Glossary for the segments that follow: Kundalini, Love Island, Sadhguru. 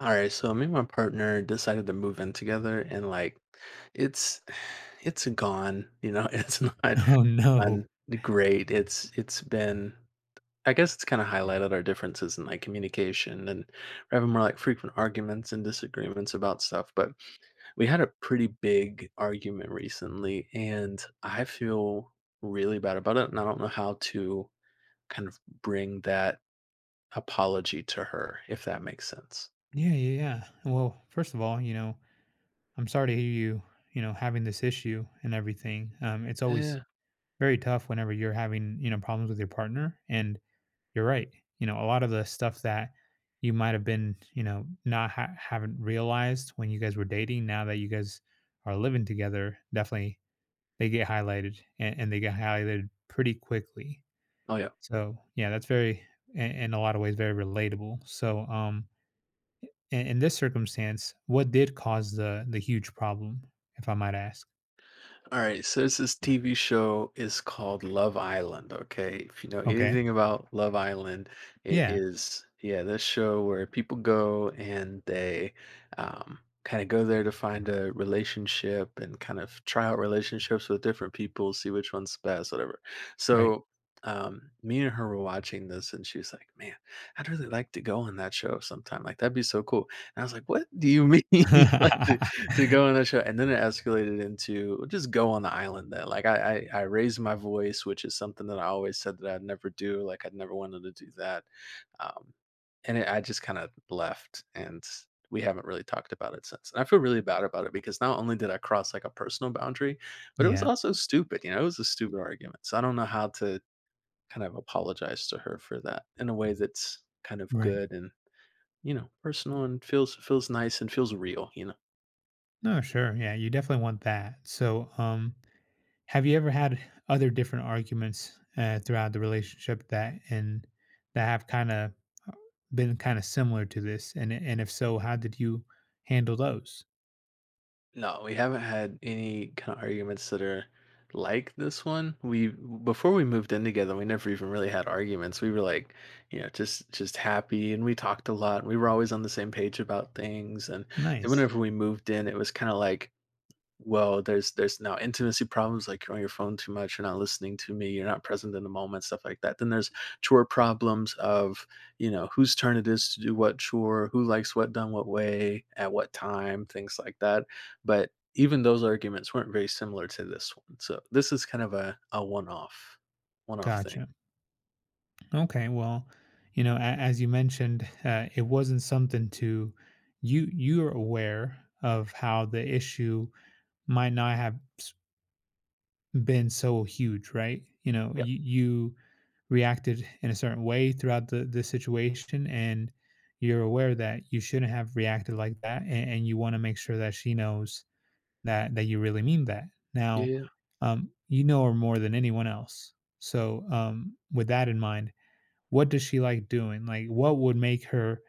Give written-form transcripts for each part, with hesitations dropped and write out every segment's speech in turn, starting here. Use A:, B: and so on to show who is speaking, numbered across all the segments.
A: All right, so me and my partner decided to move in together, and like, it's it's gone. You know, It's not
B: Oh
A: on
B: no.
A: great. It's been. I guess it's kind of highlighted our differences in like communication, and we're having more like frequent arguments and disagreements about stuff. But we had a pretty big argument recently, and I feel really bad about it, and I don't know how to kind of bring that apology to her, if that makes sense.
B: Yeah, yeah, yeah. Well, first of all, you know, I'm sorry to hear you, you know, having this issue and everything. It's always
A: Yeah.
B: very tough whenever you're having, you know, problems with your partner. And you're right. You know, a lot of the stuff that you might have been, you know, not ha- haven't realized when you guys were dating. Now that you guys are living together, definitely they get highlighted and they get highlighted pretty quickly.
A: Oh yeah.
B: So yeah, that's very, in a lot of ways, very relatable. So in this circumstance, what did cause the huge problem, if I might ask?
A: All right, so this is TV show is called Love Island. Okay, if you know
B: Okay.
A: anything about Love Island, it
B: Yeah,
A: is, yeah, this show where people go and they um, kind of go there to find a relationship and kind of try out relationships with different people, see which one's best, whatever.
B: right.
A: So me and her were watching this, and she was like, "Man, I'd really like to go on that show sometime. Like that'd be so cool." And I was like, "What do you mean? You like to go on that show?" And then it escalated into, "Just go on the island, then." Like I raised my voice, which is something that I always said that I'd never do. Like I'd never wanted to do that. um and I just kind of left, and we haven't really talked about it since, and I feel really bad about it, because not only did I cross like a personal boundary, but it was
B: Yeah,
A: also stupid. You know, it was a stupid argument. So I don't know how to kind of apologize to her for that in a way that's kind of
B: right.
A: good and, personal, and feels nice and feels real.
B: No, sure, yeah, you definitely want that. So, have you ever had other different arguments, throughout the relationship, that have kinda uh, been kinda similar to this? And if so, how did you handle those?
A: No, we haven't had any kind of arguments that are like this one. We, before we moved in together, we never even really had arguments. We were like, you know, just happy, and we talked a lot. We were always on the same page about things. And then
B: Nice.
A: whenever we moved in, it was kind of like, well, there's now intimacy problems, like you're on your phone too much, you're not listening to me, you're not present in the moment, stuff like that. Then there's chore problems of, you know, whose turn it is to do what chore, who likes what done what way, at what time, things like that. But even those arguments weren't very similar to this one. So this is kind of a, one off thing.
B: Gotcha. Okay, well, you know, as you mentioned, it wasn't something to you. You're aware of how the issue might not have been so huge, right? You know,
A: Yeah.
B: you reacted in a certain way throughout the situation, and you're aware that you shouldn't have reacted like that, and you want to make sure that she knows that you really mean that. Now,
A: Yeah.
B: you know her more than anyone else, so with that in mind, what does she like doing? Like, what would make her,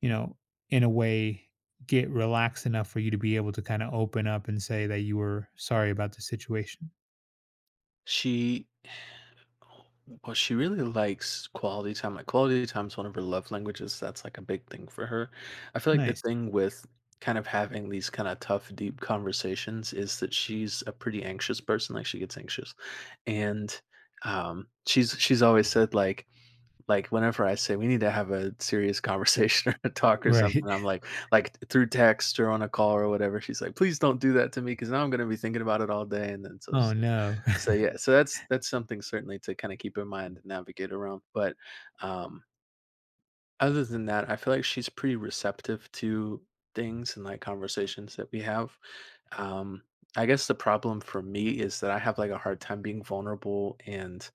B: you know, in a way, get relaxed enough for you to be able to kind of open up and say that you were sorry about the situation?
A: She Well, she really likes quality time. Like, quality time is one of her love languages. That's like a big thing for her. I feel like the
B: Nice.
A: thing with kind of having these kinda tough, deep conversations is that she's a pretty anxious person. Like, she gets anxious, and, she's always said, like, whenever I say we need to have a serious conversation or a talk or
B: Right.
A: something, I'm like, through text or on a call or whatever, she's like, "Please don't do that to me because now I'm gonna be thinking about it all day," and then
B: Oh, no.
A: so, yeah, so that's something certainly to kinda keep in mind and navigate around. But, um, other than that, I feel like she's pretty receptive to things and, like, conversations that we have. Um, I guess the problem for me is that I have, like, a hard time being vulnerable, and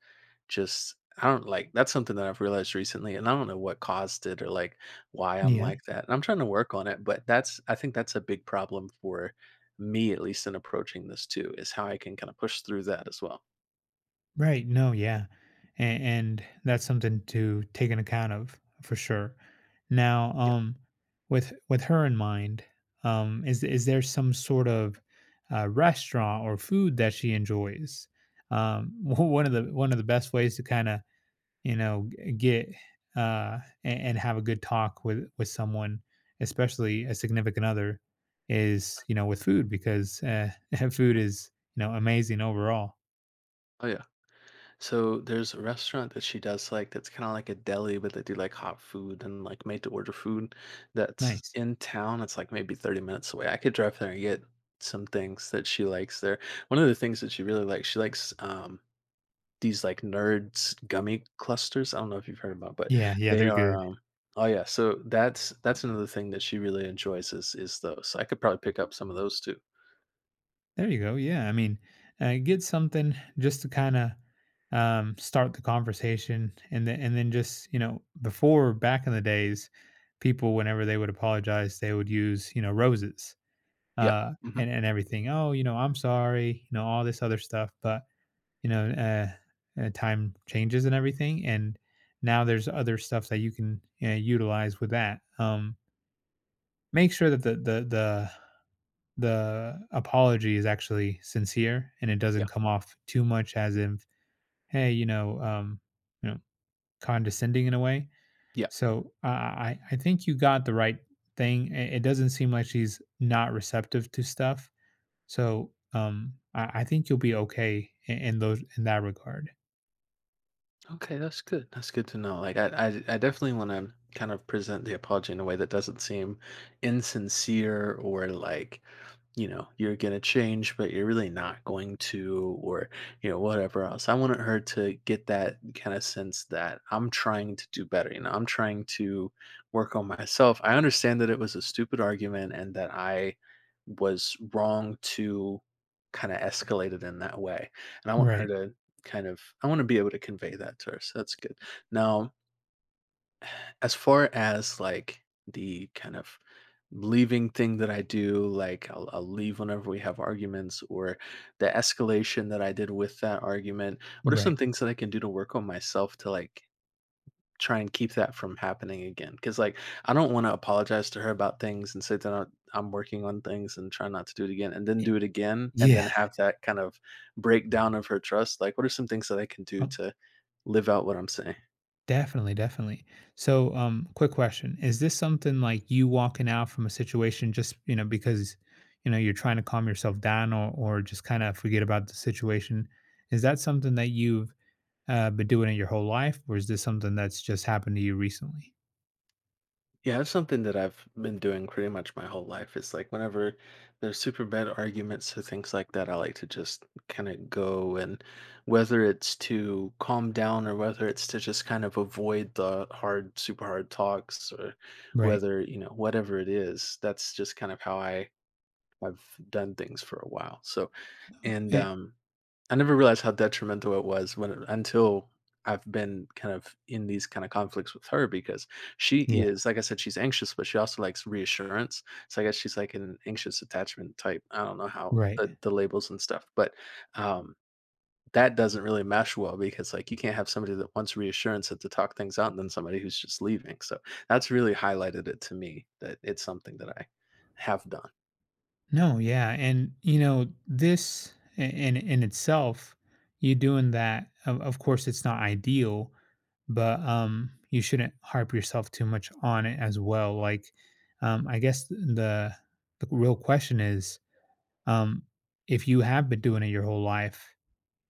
A: just I don't, like, that's something that I've realized recently, and I don't know what caused it or, like, why I'm
B: Yeah.
A: like that, and I'm trying to work on it. But that's, I think that's a big problem for me, at least in approaching this too, is how I can kinda push through that as well.
B: Right. No. Yeah. And that's something to take an account of for sure. Now,
A: Yeah.
B: with her in mind, is there some sort of restaurant or food that she enjoys? One of the best ways to kind of you know, get uh, and have a good talk with someone, especially a significant other, is you know with food because food is you know amazing overall.
A: Oh, yeah. So there's a restaurant that she does like that's kind of like a deli, but they do like hot food and like made to order food that's
B: Nice.
A: in town. It's like maybe 30 minutes away. I could drive there and get some things that she likes there. One of the things that she really likes, she likes these like nerds gummy clusters. I don't know if you've heard about, but
B: Yeah, yeah,
A: they
B: they're
A: are
B: good.
A: oh yeah, so that's another thing that she really enjoys, is those. I could probably pick up some of those too.
B: There you go. Yeah, I mean, get something just to kind of start the conversation, and then just you know before back in the days, people whenever they would apologize, they would use you know roses.
A: Yeah.
B: uh,
A: Hmm.
B: and and everything. Oh, you know, I'm sorry, you know, all this other stuff. But you know, time changes and everything, and now there's other stuff that you can utilize with that. Make sure that the apology is actually sincere and it
A: Yeah.
B: doesn't come off too much as if, hey, you know, condescending in a way.
A: Yeah.
B: So I think you got the right thing. It doesn't seem like she's not receptive to stuff. So, I think you'll be okay in those in that regard.
A: Okay, that's good. That's good to know. Like I definitely want to kind of present the apology in a way that doesn't seem insincere, or like, you know, you're going to change but you're really not going to, or you know, whatever else. I wanted her to get that kind of sense that I'm trying to do better. You know, I'm trying to work on myself. I understand that it was a stupid argument and that I was wrong to kind of escalate it in that way, and I want her
B: Right,
A: to I want to be able to convey that to her, so that's good. Now, as far as like the kind of leaving thing that I do, like I'll leave whenever we have arguments, or the escalation that I did with that argument, what are some
B: right.
A: things that I can do to work on myself to like try and keep that from happening again? Because like, I don't want to apologize to her about things and say that I'm working on things and try not to do it again, and then
B: Y
A: do it again, and then
B: yeah,
A: have that kind of breakdown of her trust. Like, what are some things that I can do
B: uh,
A: to live out what I'm saying?
B: definitely, definitely. So, quick question, is this something like you walking out from a situation just, you know, because, you know, you're trying to calm yourself down or just kinda forget about the situation? Is that something that you've, been doing in your whole life, or is this something that's just happened to you recently?
A: Yeah, that's something that I've been doing pretty much my whole life. It's like whenever there's super bad arguments or things like that, I like to just kind of go, and whether it's to calm down or whether it's to just kind of avoid the hard, super hard talks, or
B: Right.
A: whether, you know, whatever it is, that's just kind of how I've done things for a while. So, and
B: Eh
A: I never realized how detrimental it was when, until I've been kind of in these kind of conflicts with her. Because she
B: Yeah,
A: is, like I said, she's anxious, but she also likes reassurance. So I guess she's like an anxious attachment type. I don't know how
B: right.
A: the labels and stuff, but um, that doesn't really mesh well, because like you can't have somebody that wants reassurance and to talk things out and then somebody who's just leaving. So that's really highlighted it to me, that it's something that I have done.
B: No, yeah, and you know this in itself, you doing that. Of course, it's not ideal, but you shouldn't harp yourself too much on it as well. Like, I guess the real question is, um, if you have been doing it your whole life,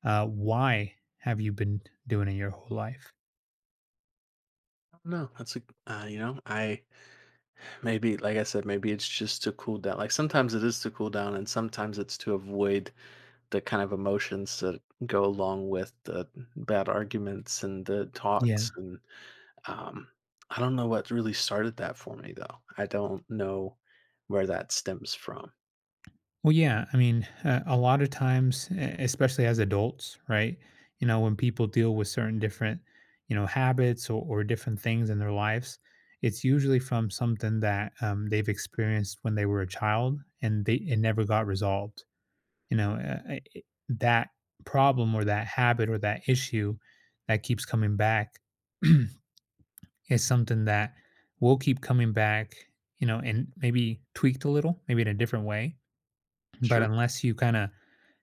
B: why have you been doing it your whole life?
A: No, that's a, you know, I maybe, like I said, maybe it's just to cool down. Like sometimes it is to cool down, and sometimes it's to avoid the kind of emotions that go along with the bad arguments and the
B: Yeah.
A: talks, and um, I don't know what really started that for me, though. I don't know where that stems from.
B: Well, yeah. I mean, a lot of times, especially as adults, right? You know, when people deal with certain different, you know, habits or different things in their lives, it's usually from something that they've experienced when they were a child and they it never got resolved. You know, that problem or that habit or that issue that keeps coming back is something that will keep coming back. You know, and maybe tweaked a little, maybe in a different way, but
A: Sure,
B: unless you kind of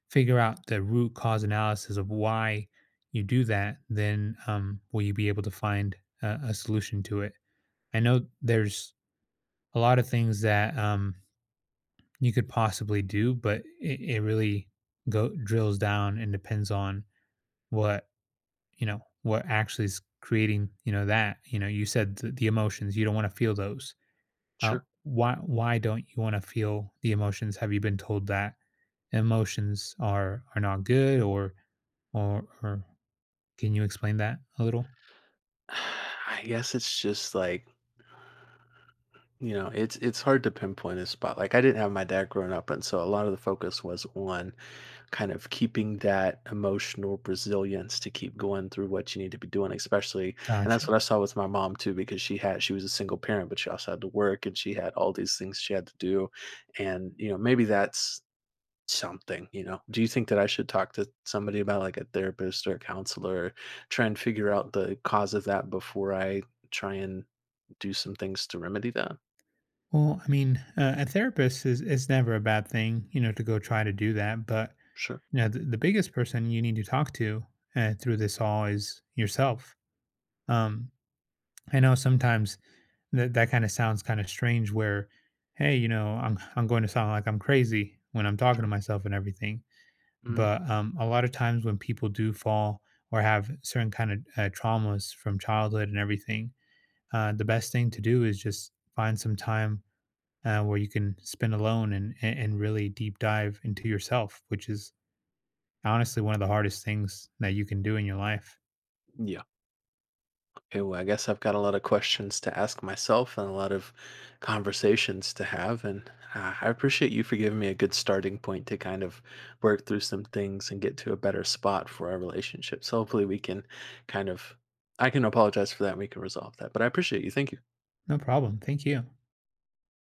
B: figure out the root cause analysis of why you do that, then will you be able to find a solution to it? I know there's a lot of things that you could possibly do, but it really go drills down and depends on what you know what actually is creating you know that you know you said the emotions you don't want to feel those uh,
A: sure.
B: why don't you want to feel the emotions, have you been told that emotions are not good or can you explain that a little?
A: I guess it's just like, you know, it's hard to pinpoint a spot. Like, I didn't have my dad growing up, and so a lot of the focus was on kind of keeping that emotional resilience to keep going through what you need to be doing, especially, and that's
B: Gotcha.
A: what I saw with my mom too, because she was a single parent, but she also had to work and she had all these things she had to do. And, you know, maybe that's something. You know, do you think that I should talk to somebody, about like a therapist or a counselor, try and figure out the cause of that before I try and do some things to remedy that?
B: Well, I mean, a therapist is never a bad thing, you know, to go try to do that. But
A: Sure.
B: you know, the biggest person you need to talk to through this all is yourself. Um, I know sometimes that that kind of sounds kind of strange. Where, hey, you know, I'm going to sound like I'm crazy when I'm talking
A: Sure.
B: to myself and everything.
A: Mm,
B: But a lot of times when people do fall or have certain kind of traumas from childhood and everything, the best thing to do is just find some time where you can spend alone and and really deep dive into yourself, which is honestly one of the hardest things that you can do in your life.
A: yeah. Ew, I guess I've got a lot of questions to ask myself and a lot of conversations to have. And I appreciate you for giving me a good starting point to kind of work through some things and get to a better spot for our relationship. So hopefully we can kind of, I can apologize for that and we can resolve that. But I appreciate you. Thank you.
B: No problem. Thank you.